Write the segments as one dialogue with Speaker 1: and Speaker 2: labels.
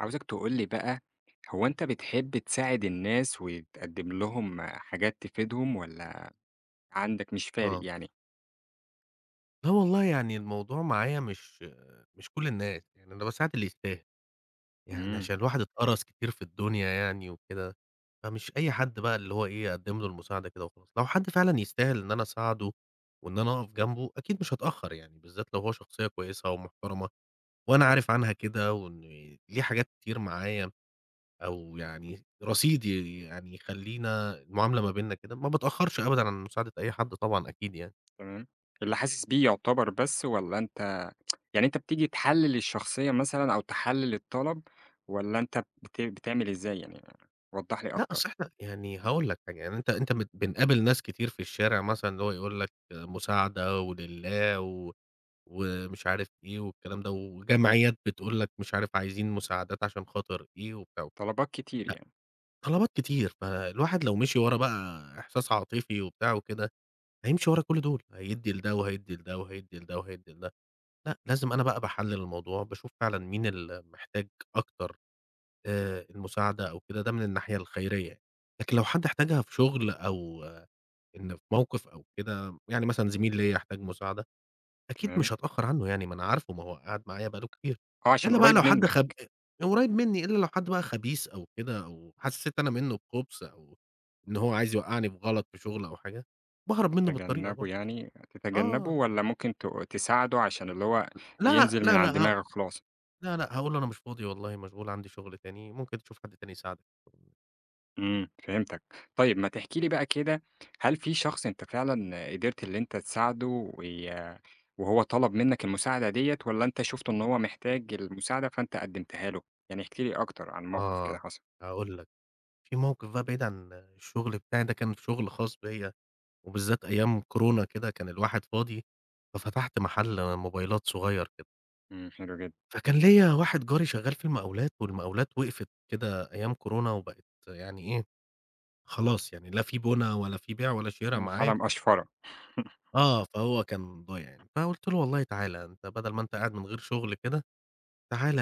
Speaker 1: عاوزك تقول لي بقى، هو أنت بتحب تساعد الناس وتقدّم لهم حاجات تفيدهم والّا عندك مش فارق
Speaker 2: آه.
Speaker 1: يعني؟
Speaker 2: لا والله يعني الموضوع معايا مش كل الناس، يعني أنا باساعد اللي يستاهل، يعني
Speaker 1: إمم،
Speaker 2: عشان الواحد اتقرص كتير في الدنيا يعني وكده، فمش أي حد بقى اللي هو إيه أقدّم له المساعدة كده وخلاص. لو حد فعلًا يستاهل إن أنا أساعده وإن أنا أقف جنبه أكيد مش هاتأخر يعني، بالذات لو هو شخصية كويسة ومحترمة وأنا عارف عنها كده وإن ليه حاجات كتير معايا أو يعني رصيد يعني يخلّينا المعاملة ما بيننا كده، ما باتأخرش أبدًا عن مساعدة أي حد طبعًا أكيد يعني.
Speaker 1: تمام. اللي حاسس بيه يعتبر بس والّا أنت يعني أنت بتيجي تحلِّل الشخصية مثلًا أو تحلِّل الطلب والّا أنت بتعمل إزاي يعني؟ وضّح لي
Speaker 2: لأ،
Speaker 1: أكتر.
Speaker 2: أصل إحنا يعني هاقول لك حاجة، يعني أنت بنقابل ناس كتير في الشارع مثلًا اللي هو يقول لك مساعدة ولله و ومش عارف إيه والكلام ده، وجمعيات بتقول لك مش عارف عايزين مساعدات عشان خاطر إيه وبتاع،
Speaker 1: طلبات كتير يعني،
Speaker 2: طلبات كتير، فالواحد لو مشي ورا بقى إحساس عاطفي وبتاع وكده، هيمشي ورا كل دول، هيدّي لده وهيدّي لده وهيدّي لده وهيدّي لده. لأ، لازم أنا بقى باحلل الموضوع، باشوف فعلًا مين اللي محتاج أكتر المساعدة أو كده، ده من الناحية الخيرية يعني. لكن لو حد احتاجها في شغل أو إن في موقف أو كده، يعني مثلًا زميل ليّا احتاج مساعدة، أكيد
Speaker 1: تمام.
Speaker 2: مش هاتأخر عنّه يعني، ما أنا عارفه، ما هو قاعد معايا بقى له كتير.
Speaker 1: آه، عشان
Speaker 2: إلّا بقى لو
Speaker 1: قريب
Speaker 2: حد
Speaker 1: منّك،
Speaker 2: خب قريب منّي، إلّا لو حد بقى خبيث أو كده، أو حسّيت أنا منّه بخُبث أو إن هو عايز يوقّعني في غلط في شغل أو حاجة، باهرب منّه بالطريقة
Speaker 1: هتتجنّبه
Speaker 2: برضه.
Speaker 1: يعني هتتجنّبه
Speaker 2: آه.
Speaker 1: والّا ممكن تساعده عشان اللي هو
Speaker 2: لا،
Speaker 1: ينزل من
Speaker 2: لا،
Speaker 1: عن
Speaker 2: لأ،
Speaker 1: دماغك خلاص؟
Speaker 2: لا، لأ، هاقول له أنا مش فاضي والله مشغول عندي شغل تاني، ممكن تشوف حد تاني يساعدك.
Speaker 1: فهمتك. طيب ما تحكي لي بقى كده، هل في شخص أنت فعلًا قدرت اللي أنت تساعده وي وهو طلب منّك المساعدة ديّة والّا أنت شُفت إن هو محتاج المساعدة فأنت قدّمتها له؟ يعني احكِ لي أكتر عن موقف كده
Speaker 2: آه،
Speaker 1: حصل.
Speaker 2: هاقول لك. في موقف بقى بعيد عن الشغل بتاعي ده كان شغل خاص بيّا، وبالذات أيام كورونا كده كان الواحد فاضي، ففتحت محل موبايلات صغير كده.
Speaker 1: حلو جدًا.
Speaker 2: فكان ليّا واحد جاري شغال في المقاولات، والمقاولات وقفت كده أيام كورونا وبقت يعني إيه، خلاص يعني لا في بُنا ولا في بيع ولا شِرا
Speaker 1: حالة
Speaker 2: معاه.
Speaker 1: مقشفرة
Speaker 2: آه، فهو كان ضايع يعني، فقُلت له والله تعالَ أنت بدل ما أنت قاعد من غير شغل كده، تعالَ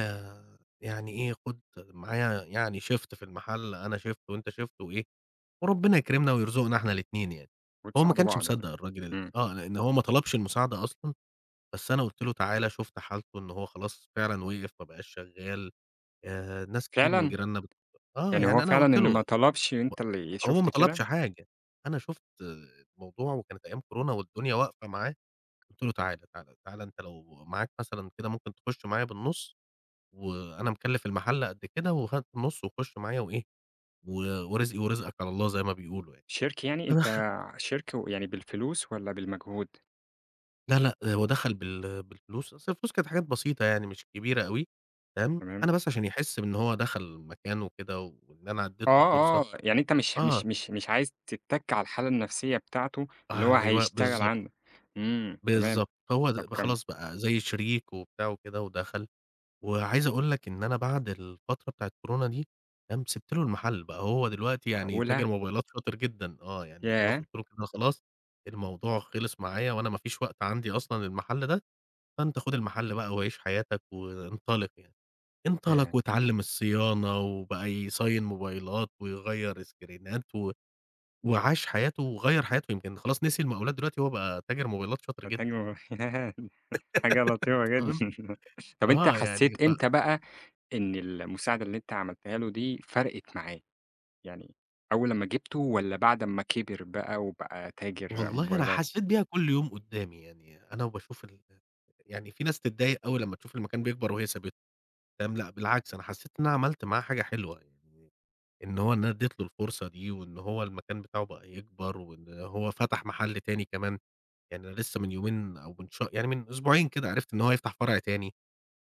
Speaker 2: يعني إيه خُد معايا يعني shift في المحل أنا shift وأنت shift وإيه، وربنا يكرمنا ويرزقنا إحنا الاتنين يعني. هو ما
Speaker 1: وتساعدوا
Speaker 2: كانش
Speaker 1: بعض يعني.
Speaker 2: مصدّق الراجل ال
Speaker 1: إمم،
Speaker 2: آه، لإن هو ما طلبش المساعدة أصلًا، بس أنا قُلت له تعالَ شُفت حالته إن هو خلاص فعلًا وقف ما بقاش شغّال، ناس كتير من
Speaker 1: فعلًا؟
Speaker 2: جيراننا بت آه،
Speaker 1: يعني هو
Speaker 2: يعني أنا
Speaker 1: فعلًا
Speaker 2: قُلت
Speaker 1: إن ما
Speaker 2: له،
Speaker 1: طلبش
Speaker 2: ب
Speaker 1: أنت اللي
Speaker 2: هو
Speaker 1: شُفت
Speaker 2: ما
Speaker 1: كده؟
Speaker 2: طلبش حاجة، أنا شُفت الموضوع وكانت أيام كورونا والدنيا واقفة معاه، قُلت له تعالَ، تعالَ، تعالَ أنت لو معاك مثلًا كده ممكن تخُش معايا بالنُص وأنا مكلّف المَحَل قد كده وهات النُص وخُش معايا وإيه، و ورزقي ورزقك على الله زي ما بيقولوا يعني.
Speaker 1: شِرك يعني؟ أنت شِرك يعني بالفلوس والّا بالمجهود؟
Speaker 2: لا، لأ، هو دخل بالفلوس، أصل الفلوس كانت حاجات بسيطة يعني مش كبيرة أوي، تمام،
Speaker 1: تمام.
Speaker 2: أنا بس عشان يحس بإن هو دخل مكان وكده وإن أنا اديت له
Speaker 1: آه،
Speaker 2: فرصة.
Speaker 1: آه، يعني أنت مش
Speaker 2: آه،
Speaker 1: مش مش مش عايز تتّك على الحالة النفسية بتاعته، اللي هو
Speaker 2: أيوه
Speaker 1: هيشتغل
Speaker 2: بالضبط،
Speaker 1: عنّك. تمام،
Speaker 2: بالضبط، هو
Speaker 1: طب
Speaker 2: د
Speaker 1: كمّل.
Speaker 2: خلاص بقى زي شريك وبتاع وكده ودخل. وعايز أقول لك إن أنا بعد الفترة بتاعة كورونا دي، تمام، سِبت له المحل بقى، هو دلوقتي يعني تاجر
Speaker 1: معقولة!
Speaker 2: موبايلات شاطر جدًا، آه، يعني خلاص
Speaker 1: ياه!
Speaker 2: قُلت له كده خلاص الموضوع خلص معايا وأنا ما فيش وقت عندي أصلًا للمحل ده، فأنت خُد المحل بقى وعيش حياتك وانطلق يعني. انطلق
Speaker 1: ياه!
Speaker 2: واتعلّم الصيانة، وبقى يصاين موبايلات، ويغيّر سكرينات، و وعاش حياته وغيّر حياته، يمكن خلاص نسي المقاولات دلوقتي هو بقى تاجر موبايلات شاطر جدًا.
Speaker 1: نتايجه ياه! حاجة لطيفة
Speaker 2: تمام،
Speaker 1: جدًا. طب أنت
Speaker 2: آه يعني
Speaker 1: حسّيت إمتى بقى إن المساعدة اللي أنت عملتها له دي فرقِت معاه؟ يعني أول لمّا جِبته والّا بعد أمّا كِبِر بقى وبقى تاجر
Speaker 2: والله أنا
Speaker 1: موبايلات؟
Speaker 2: حسّيت بيها كُلّ يوم قدّامي، يعني أنا وباشوف ال يعني في ناس تتضايق أوي لمّا تشوف المكان بيكبر وهي سابته، تمام، لأ بالعكس أنا حسّيت إن أنا عملت معاه حاجة حلوة يعني، إن أنا ادّيت له الفرصة دي، وإن هو المكان بتاعه بقى يكبر، وإن هو فتح محل تاني كمان. يعني أنا لسه من يومين أو من ش يعني من أسبوعين كده عرفت إن هو هيفتح فرع تاني،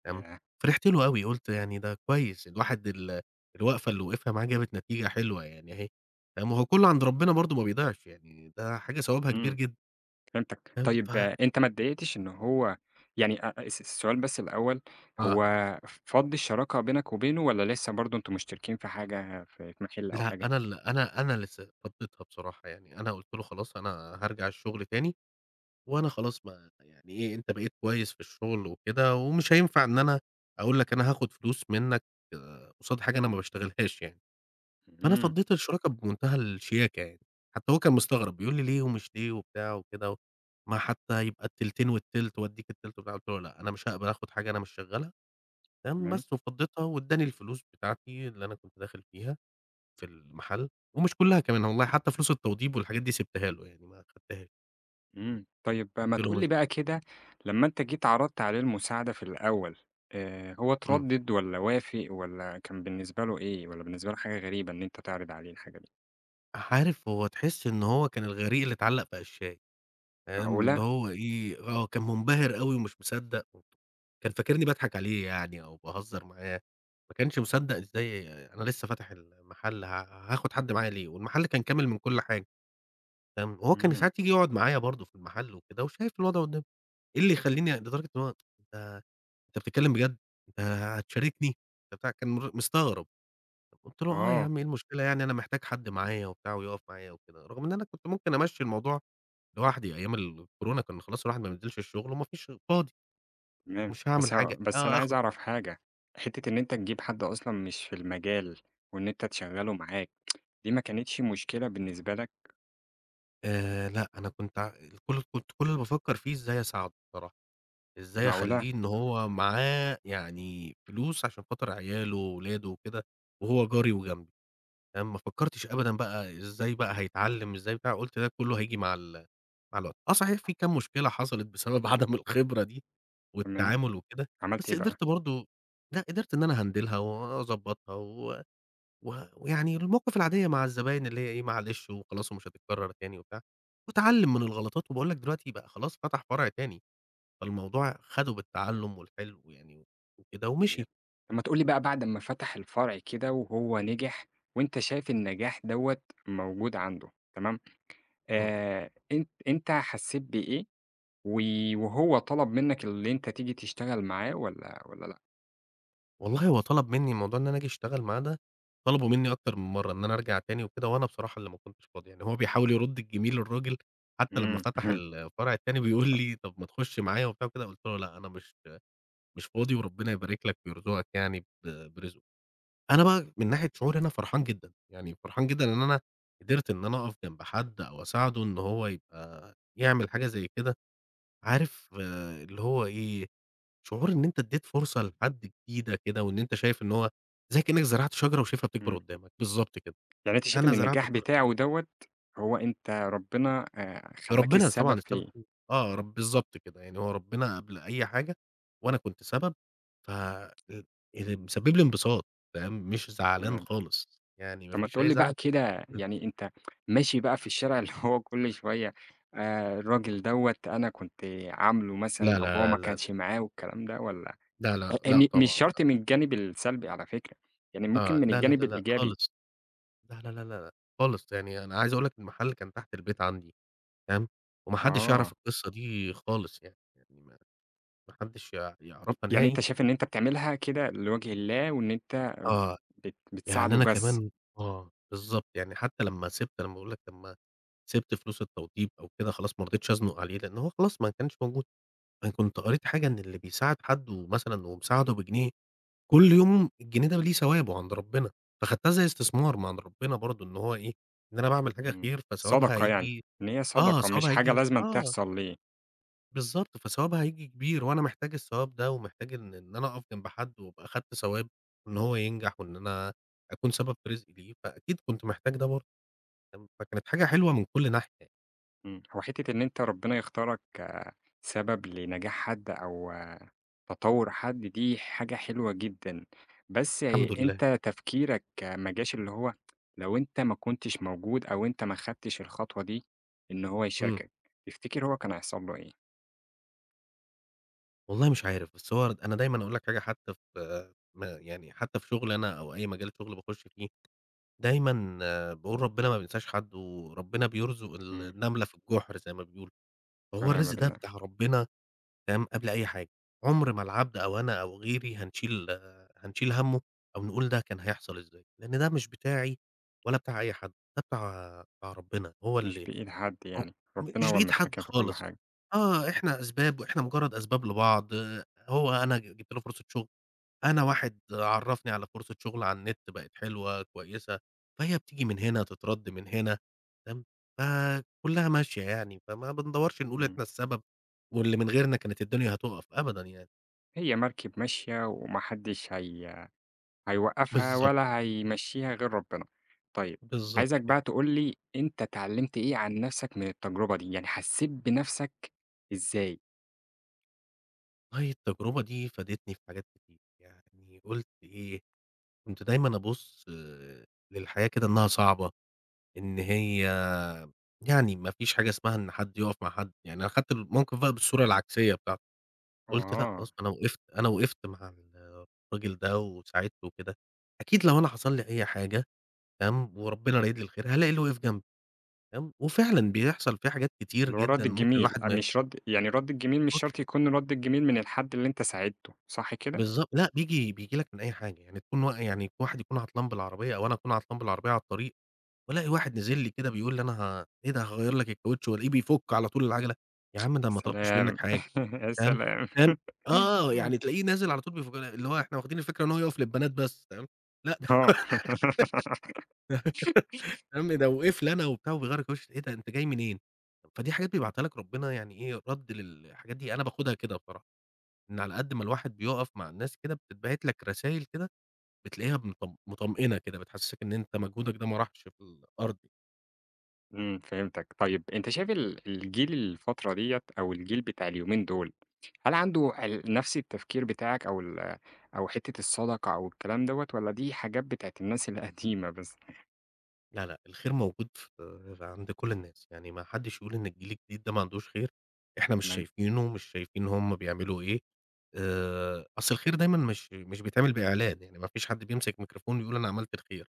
Speaker 2: تمام،
Speaker 1: ياه!
Speaker 2: فرحت له أوي، قُلت يعني ده كويس الواحد الوقفة اللي وقفها معاه جابت نتيجة حلوة يعني أهي، تمام، وهو كلّه عند ربنا برضه ما بيضيعش يعني ده حاجة ثوابها كبير
Speaker 1: إمم.
Speaker 2: جدًا.
Speaker 1: فهمتك.
Speaker 2: تمام،
Speaker 1: طيب آه، أنت ما اتضايقتش إن هو يعني أ الس السؤال بس الأول،
Speaker 2: آه.
Speaker 1: هو فَض الشراكة بينك وبينه والّا لسه برضه أنتم مشتركين في حاجة في محل أو
Speaker 2: لأ
Speaker 1: حاجة؟
Speaker 2: أنا ال أنا أنا اللي س اتخضيتها بصراحة يعني، أنا قُلت له خلاص أنا هارجع الشغل تاني، وأنا خلاص ما يعني إيه أنت بقيت كويس في الشغل وكده، ومش هينفع إن أنا أقول لك أنا هاخد فلوس منك آه، قصاد حاجة أنا ما باشتغلهاش يعني. فأنا
Speaker 1: إمم،
Speaker 2: فضّيت الشراكة بمنتهى الشياكة يعني، حتى هو كان مستغرب بيقول لي: "ليه ومش ليه وبتاع وكده، ما حتى يبقى التلتين والتِلت وأدّيك التِلت وبتاع." قُلت له: "لأ، أنا مش هاقبل آخُد حاجة أنا مش شغّالها." تمام،
Speaker 1: تمام،
Speaker 2: بس وفضّيتها وادّاني الفلوس بتاعتي اللي أنا كنت داخل فيها في المحل، ومش كُلّها كمان والله، حتى فلوس التوضيب والحاجات دي سِبتها له يعني ما خدتهاش،
Speaker 1: طيب آه،
Speaker 2: قُلت
Speaker 1: ما
Speaker 2: له
Speaker 1: تقول لي
Speaker 2: مش
Speaker 1: بقى كده لمّا أنت جيت عرضت عليه المساعدة في الأول، هو
Speaker 2: إمم.
Speaker 1: اتردد والّا وافق والّا كان بالنسبة له إيه؟ والّا بالنسبة له حاجة غريبة إن أنت تعرض عليه الحاجة دي؟
Speaker 2: عارف هو تحس إن هو كان الغريق اللي اتعلّق في قشّاية. فاهم، اللي
Speaker 1: معقولة!
Speaker 2: هو إيه، آه، كان منبهر أوي ومش مصدّق، كان فاكرني باضحك عليه يعني أو باهزر معاه، ما كانش مصدّق إزاي أنا لسه فاتح المحل هاخد حد معايا ليه، والمحل كان كامل من كل حاجة، فاهم، وهو كان
Speaker 1: إمم،
Speaker 2: ساعات ييجي يقعد معايا برضه في المحل وكده وشايف الوضع قدّامه، إيه اللي يخلّيني لدرجة إن هو أنت. أنت بتتكلم بجد، أنت هتشاركني، أنت بتاع كان مستغرب، قُلت له: "آه يا
Speaker 1: آه.
Speaker 2: عم إيه المشكلة يعني أنا محتاج حد معايا وبتاع ويقف معايا وكده." رغم إن أنا كنت ممكن أمشّي الموضوع لوحدي أيام الكورونا كان خلاص الواحد ما بينزلش الشغل وما فيش فاضي،
Speaker 1: تمام.
Speaker 2: مش هاعمل حاجة
Speaker 1: بس أنا
Speaker 2: آه
Speaker 1: عايز
Speaker 2: آخد
Speaker 1: أعرف حاجة، حتّة إن أنت تجيب حد أصلًا مش في المجال وإن أنت تشغّله معاك، دي ما كانتش مشكلة بالنسبة لك؟
Speaker 2: لأ، أنا كنت ع كل كنت كل اللي بافكّر فيه إزاي أساعده بصراحة، إزاي
Speaker 1: معقولة!
Speaker 2: أخلّيه إن هو معاه يعني فلوس عشان خاطر عياله وولاده وكده، وهو جاري وجنبي، فاهم، ما فكّرتش أبدًا بقى إزاي بقى هيتعلّم، إزاي بتاع، قُلت ده كلّه هييجي مع الوقت. آه صحيح في كام مشكلة حصلت بسبب عدم الخبرة دي
Speaker 1: تمام،
Speaker 2: والتعامل وكده،
Speaker 1: عملت
Speaker 2: بس
Speaker 1: إيه بقى؟
Speaker 2: قدرت برضه لأ، قدرت إن أنا أهندلها وأضبّطها و و ويعني المواقف العادية مع الزباين اللي هي إيه، معلش وخلاص ومش هتتكرر تاني وبتاع، واتعلّم من الغلطات وباقول لك دلوقتي بقى خلاص فتح فرع تاني، فالموضوع خَدُه بالتعلُّم والحِلو يعني وكده
Speaker 1: طيب،
Speaker 2: ومشي.
Speaker 1: طب ما تقول لي بقى بعد أمّا فتح الفرع كده وهو نجح وأنت شايف النجاح دوّة موجود عنده، تمام،
Speaker 2: إمم.
Speaker 1: أنت حسّيت بإيه و وهو طلب منّك اللي أنت تيجي تشتغل معاه والّا لأ؟
Speaker 2: والله هو طلب منّي موضوع إن أنا آجي أشتغل معاه ده، طلبوا منّي أكتر من مرّة إن أنا أرجع تاني وكده وأنا بصراحة اللي ما كنتش فاضي، يعني هو بيحاول يرُد الجميل الراجل. حتّى
Speaker 1: إمم،
Speaker 2: لمّا فتح الفرع التاني بيقول لي: "طب ما تخُش معايا وبتاع وكده." قُلت له: "لأ، أنا مش فاضي وربنا يبارك لك ويرزقك يعني برزق." أنا بقى من ناحية شعوري أنا فرحان جدًا، يعني فرحان جدًا إن أنا قدرت إن أنا أقف جنب حد أو أساعده إن هو يبقى يعمل حاجة زي كده، عارف آه، اللي هو إيه، شعور إن أنت ادّيت فرصة لحد جديدة كده وإن أنت شايف إن هو زي كإنّك زرعت شجرة وشايفها بتكبر
Speaker 1: إمم.
Speaker 2: قدّامك، بالضبط كده.
Speaker 1: يعني أنتِ شايفة
Speaker 2: أنا
Speaker 1: إن
Speaker 2: زرعت
Speaker 1: النجاح
Speaker 2: فر
Speaker 1: بتاعه دوّة هو أنت ربنا خلّاك
Speaker 2: ربنا
Speaker 1: السبب
Speaker 2: طبعًا السبب
Speaker 1: فيه،
Speaker 2: فيه، آه رب بالضبط كده، يعني هو ربنا قبل أي حاجة وأنا كنت سبب، ف ال اللي مسبب لي انبساط، فاهم، مش زعلان
Speaker 1: تمام.
Speaker 2: خالص، يعني ما
Speaker 1: طب ما
Speaker 2: فيش
Speaker 1: تقول
Speaker 2: أي
Speaker 1: لي بقى
Speaker 2: زعل.
Speaker 1: كده يعني أنت ماشي بقى في الشارع اللي هو كل شوية الراجل دوّة أنا كنت عامله مثلًا
Speaker 2: لا،
Speaker 1: أو هو
Speaker 2: لا، لا،
Speaker 1: ما
Speaker 2: لا،
Speaker 1: كانش معاه والكلام ده والّا
Speaker 2: لا، لا،
Speaker 1: أ
Speaker 2: لأ
Speaker 1: م مش
Speaker 2: طبعًا لأ.
Speaker 1: شرط من الجانب السلبي على فكرة، يعني ممكن
Speaker 2: آه،
Speaker 1: من
Speaker 2: لا، لا،
Speaker 1: الجانب
Speaker 2: لا، لأ
Speaker 1: الإيجابي.
Speaker 2: خالص. لا، لا، لا، لا، لأ خالص، يعني أنا عايز أقول لك المحل كان تحت البيت عندي، تمام، وما حدش يعرف
Speaker 1: آه.
Speaker 2: القصة دي خالص يعني، ما حدش يعرفها
Speaker 1: يعني
Speaker 2: نهائي.
Speaker 1: أنت شايف إن أنت بتعملها كده لوجه الله وإن أنت
Speaker 2: آه، يعني
Speaker 1: بتساعده
Speaker 2: أنا
Speaker 1: بس.
Speaker 2: كمان آه، بالضبط، يعني حتى لمّا سِبت أنا باقول لك لمّا سِبت فلوس التوضيب أو كده خلاص ما رضيتش أزنُق عليه، لأن هو خلاص ما كانش موجود، أنا كنت قريت حاجة إن اللي بيساعد حد ومثلًا ومساعده بجنيه كل يوم الجنيه ده ليه ثوابه عند ربنا، فخدتها زي استثمار من عند ربنا برضه إن هو إيه، إن أنا باعمل حاجة
Speaker 1: إمم،
Speaker 2: خير فثوابها
Speaker 1: صدقة يعني،
Speaker 2: هييجي
Speaker 1: إن هي
Speaker 2: آه،
Speaker 1: صدقة مش
Speaker 2: ثوابها
Speaker 1: حاجة
Speaker 2: هييجي
Speaker 1: لازمًا
Speaker 2: آه،
Speaker 1: تحصل ليه،
Speaker 2: بالضبط، فثوابها هييجي كبير وأنا محتاج الثواب ده ومحتاج إن أنا أقف جنب حد وأبقى أخدت ثواب إن هو ينجح وإن أنا أكون سبب في رزق ليه، فأكيد كنت محتاج ده برضه، فكانت حاجة حلوة من كل ناحية يعني.
Speaker 1: هو حتّة إن أنت ربنا يختارك سبب لنجاح حد أو تطوّر حد دي حاجة حلوة جدًا، بس
Speaker 2: الحمد لله.
Speaker 1: أنت تفكيرك ما جاش اللي هو لو أنت ما كنتش موجود أو أنت ما خدتش الخطوة دي إن هو
Speaker 2: إمم،
Speaker 1: يشاركك، تفتكر هو كان هيحصل له إيه؟
Speaker 2: والله مش عارف، بس هو أنا دايمًا أقول لك حاجة حتى في م يعني حتى في شغلي أنا أو أي مجال شغل باخش فيه دايمًا باقول ربنا ما بينساش حد، وربنا بيرزق
Speaker 1: إمم،
Speaker 2: النملة في الجحر زي ما بيقولوا، فهو
Speaker 1: ونعم
Speaker 2: الرزق ده
Speaker 1: بالله،
Speaker 2: بتاع ربنا، تمام، قبل أي حاجة، عمر ما العبد أو أنا أو غيري هنشيل همّه، أو نقول ده كان هيحصل إزاي، لأن ده مش بتاعي ولا بتاع أي حد، ده بتاع ربنا، هو
Speaker 1: مش
Speaker 2: اللي
Speaker 1: بإيد حد
Speaker 2: هو
Speaker 1: يعني،
Speaker 2: م
Speaker 1: ربنا
Speaker 2: مش
Speaker 1: هو
Speaker 2: بإيد حد
Speaker 1: المتحكم في كل
Speaker 2: خالص.
Speaker 1: حاجة،
Speaker 2: آه، إحنا أسباب وإحنا مجرد أسباب لبعض. آه، هو أنا جِبت له فرصة شغل، أنا واحد عرّفني على فرصة شغل على النت بقت حلوة كويسة، فهي بتيجي من هنا تترَد من هنا، تمام، فكُلّها ماشية يعني، فما بندوّرش نقول
Speaker 1: إمم،
Speaker 2: إحنا السبب واللي من غيرنا كانت الدنيا هتُقف أبدًا يعني.
Speaker 1: هي مركب ماشية وما حدش هيوقّفها
Speaker 2: بالضبط.
Speaker 1: ولا هيمشّيها غير ربنا. طيب،
Speaker 2: بالضبط
Speaker 1: عايزك بقى
Speaker 2: كده.
Speaker 1: تقول لي أنت اتعلّمت إيه عن نَفْسك من التجربة دي، يعني حسّيت بنَفْسك إزاي؟
Speaker 2: والله التجربة دي فادتني في حاجات كتير، يعني قُلت إيه، كنت دايمًا أبُص للحياة كده إنها صعبة، إن هي يعني ما فيش حاجة اسمها إن حد يُقف مع حد، يعني أنا خدت الموقف بقى بالصورة العكسية بتاعته. قُلت لأ
Speaker 1: آه،
Speaker 2: خلاص أنا وقفت مع الراجل ده وساعدته وكده، أكيد لو أنا حصل لي أي حاجة تمام، وربنا رايد لي الخير هالاقي اللي وقف جنبي تمام، وفعلًا بيحصل فيه حاجات كتير
Speaker 1: اللي هو
Speaker 2: جدًا
Speaker 1: الرَد
Speaker 2: ممكن
Speaker 1: الجميل،
Speaker 2: الواحد ما
Speaker 1: مش رَد يعني الرَد الجميل مش
Speaker 2: بُص
Speaker 1: شرط يكون الرَد الجميل من الحد اللي أنت ساعدته، صح كده؟
Speaker 2: بالضبط لأ بييجي لك من أي حاجة، يعني تكون وا يعني واحد يكون عطلان بالعربية أو أنا أكون عطلان بالعربية على الطريق، والاقي واحد نزل لي كده بيقول لي أنا ه إيه ده هاغيّر لك الكاوتش، والاقيه بيفُك على طول العجلة، يا عم ده
Speaker 1: يا
Speaker 2: أنا ما طلبتش منك
Speaker 1: سلام!
Speaker 2: حاجة
Speaker 1: يا
Speaker 2: تمام،
Speaker 1: سلام!
Speaker 2: تمام، آه يعني تلاقيه نازل على طول بيفُك اللي هو إحنا واخدين الفكرة إن هو يقف للبنات بس تمام،
Speaker 1: آه.
Speaker 2: فاهم، ده وقف لي أنا وبتاع وبيغيّر وشّي، إيه ده أنت جاي منين؟ فدي حاجات بيبعتها لك ربنا، يعني إيه رَد للحاجات دي، أنا باخدها كده بصراحة، إن على قد ما الواحد بيُقف مع الناس كده بتتبعت لك رسايل كده بتلاقيها مطمئنة كده، بتحسسك إن أنت مجهودك ده ما راحش في الأرض.
Speaker 1: فهمتك. طيب أنت شايف الجيل الفترة ديّة أو الجيل بتاع اليومين دول، هل عنده نفس التفكير بتاعك أو حتّة الصدقة أو الكلام دوّة والّا دي حاجات بتاعة الناس القديمة بس؟
Speaker 2: لا، لأ، الخير موجود في عند كل الناس، يعني ما حدّش يقول إن الجيل الجديد ده ما عندوش خير، إحنا مش
Speaker 1: تمام،
Speaker 2: شايفينه، مش شايفين هُم بيعملوا إيه، أصل الخير دايمًا مش بيتعمل بإعلان، يعني ما فيش حد بيمسك ميكروفون ويقول أنا عملت الخير.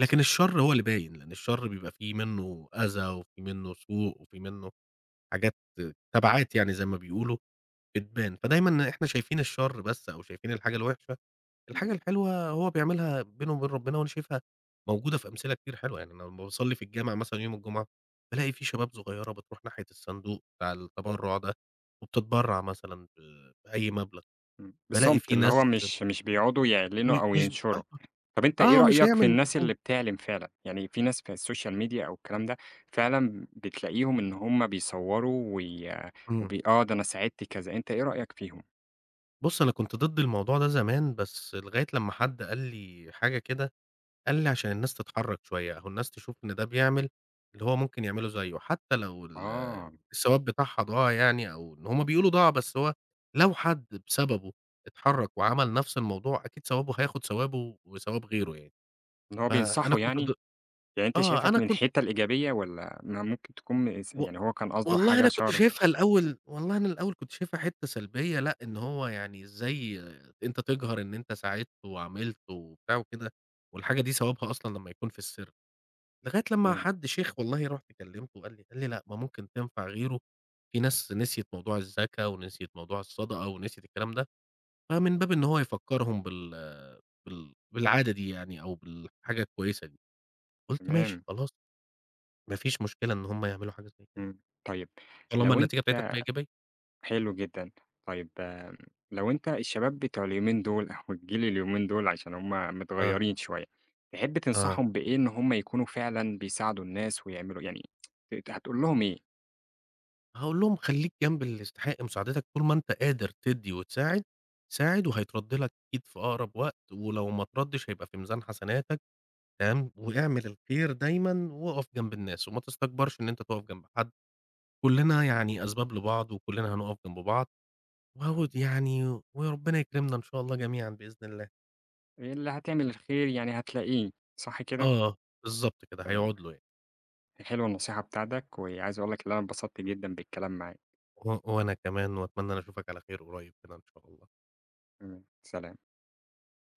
Speaker 2: لكن الشر هو اللي باين، لأن الشر بيبقى في منّه أذى وفي منّه سوء وفي منّه حاجات تبعات يعني زي ما بيقولوا بتبان، فدايمًا إحنا شايفين الشر بس أو شايفين الحاجة الوحشة، الحاجة
Speaker 1: تمام،
Speaker 2: الحلوة هو بيعملها بينه وبين ربنا وأنا شايفها موجودة في أمثلة كتير حلوة، يعني أنا لمّا باصلّي في الجامع مثلًا يوم الجمعة، بالاقي في شباب صغيّرة بتروح ناحية الصندوق بتاع التبرُّع ده وبتتبرّع مثلًا بأي مبلغ، بالاقي
Speaker 1: بالصمت،
Speaker 2: في
Speaker 1: اللي هو
Speaker 2: ناس
Speaker 1: مش بيقعدوا
Speaker 2: م
Speaker 1: يعلنوا أو
Speaker 2: مش
Speaker 1: ينشروا. طب أنت إيه
Speaker 2: آه، آه مش
Speaker 1: رأيك في
Speaker 2: هيعمل
Speaker 1: الناس اللي
Speaker 2: ميكروفون.
Speaker 1: بتعلن فعلًا؟ يعني في ناس في السوشيال ميديا أو الكلام ده، فعلًا بتلاقيهم إن هم بيصوروا وي
Speaker 2: إمم.
Speaker 1: وبي آه، ده أنا ساعدت كذا، أنت إيه رأيك فيهم؟
Speaker 2: بُص، أنا كنت ضد الموضوع ده زمان، بس لغاية لمّا حد قال لي حاجة كده، قال لي: "عشان الناس تتحرّك شوية، أهو الناس تشوف إن ده بيعمل اللي هو ممكن يعملوا زيّه، حتى لو ال
Speaker 1: آه،
Speaker 2: الثواب بتاعها ضاع يعني أو إن هم بيقولوا ضاع، بس هو لو حد بسببه اتحرّك وعمل نفس الموضوع، أكيد ثوابه هياخد ثوابه وثواب غيره يعني."
Speaker 1: إن هو
Speaker 2: فأنا
Speaker 1: بينصحوا
Speaker 2: كنت
Speaker 1: يعني؟
Speaker 2: ض
Speaker 1: يعني أنت
Speaker 2: آه،
Speaker 1: شايفها
Speaker 2: أنا
Speaker 1: من
Speaker 2: كنت
Speaker 1: الحتّة الإيجابية والّا ما ممكن تكون
Speaker 2: و
Speaker 1: يعني هو كان قصده
Speaker 2: والله
Speaker 1: حاجة
Speaker 2: أنا كنت
Speaker 1: شر؟
Speaker 2: شايفها الأول، والله أنا الأول كنت شايفها حتّة سلبية، لأ إن هو يعني إزاي أنت تجهر إن أنت ساعدت وعملت وبتاع وكده، والحاجة دي ثوابها أصلًا لمّا يكون في السر، لغاية لمّا
Speaker 1: تمام،
Speaker 2: حد شيخ والله رُحت كلمته وقال لي: "لأ، ما ممكن تنفع غيره، في ناس نسيت موضوع الزكاة ونسيت موضوع الصدقة ونسيت الكلام ده." فمن باب إن هو يفكّرهم بالعادة دي يعني أو بالحاجة الكويسة دي، قُلت ماشي
Speaker 1: تمام،
Speaker 2: خلاص ما فيش مشكلة إن هُم يعملوا حاجة زي كده،
Speaker 1: طيب
Speaker 2: طالما
Speaker 1: لو
Speaker 2: النتيجة بتاعتها
Speaker 1: أنت
Speaker 2: تبقى إيجابية.
Speaker 1: حلو جدًا. طيب لو أنت الشباب بتوع اليومين دول أو الجيل اليومين دول عشان هم
Speaker 2: آه،
Speaker 1: متغيّرين شوية، تحب
Speaker 2: آه.
Speaker 1: تنصحهم بإيه إن هم يكونوا فعلًا بيساعدوا الناس ويعملوا يعني هتقول لهم إيه؟
Speaker 2: هاقول لهم خلّيك جنب اللي يستحق مساعدتك، طول ما أنت قادر تدّي وتساعد، ساعد وهيترَد لك أكيد في أقرب وقت، ولو ما اتردش هيبقى في ميزان حسناتك تمام، واعمل الخير دايمًا واقف جنب الناس، وما تستكبرش إن أنت تقف جنب حد، كلّنا يعني أسباب لبعض وكلّنا هنقف جنب بعض، وهو د يعني وربنا يكرمنا إن شاء الله جميعًا بإذن الله.
Speaker 1: اللي هتعمل الخير يعني هتلاقيه، صح كده؟
Speaker 2: آه، بالضبط كده
Speaker 1: تمام.
Speaker 2: هيقعد له يعني،
Speaker 1: حلوة النصيحة بتاعتك، وعايز أقول لك إن أنا اتبسطت جدًا بالكلام معاك.
Speaker 2: وأنا كمان، وأتمنى أنا أشوفك على خير قريب كده إن شاء الله.
Speaker 1: تمام، سلام.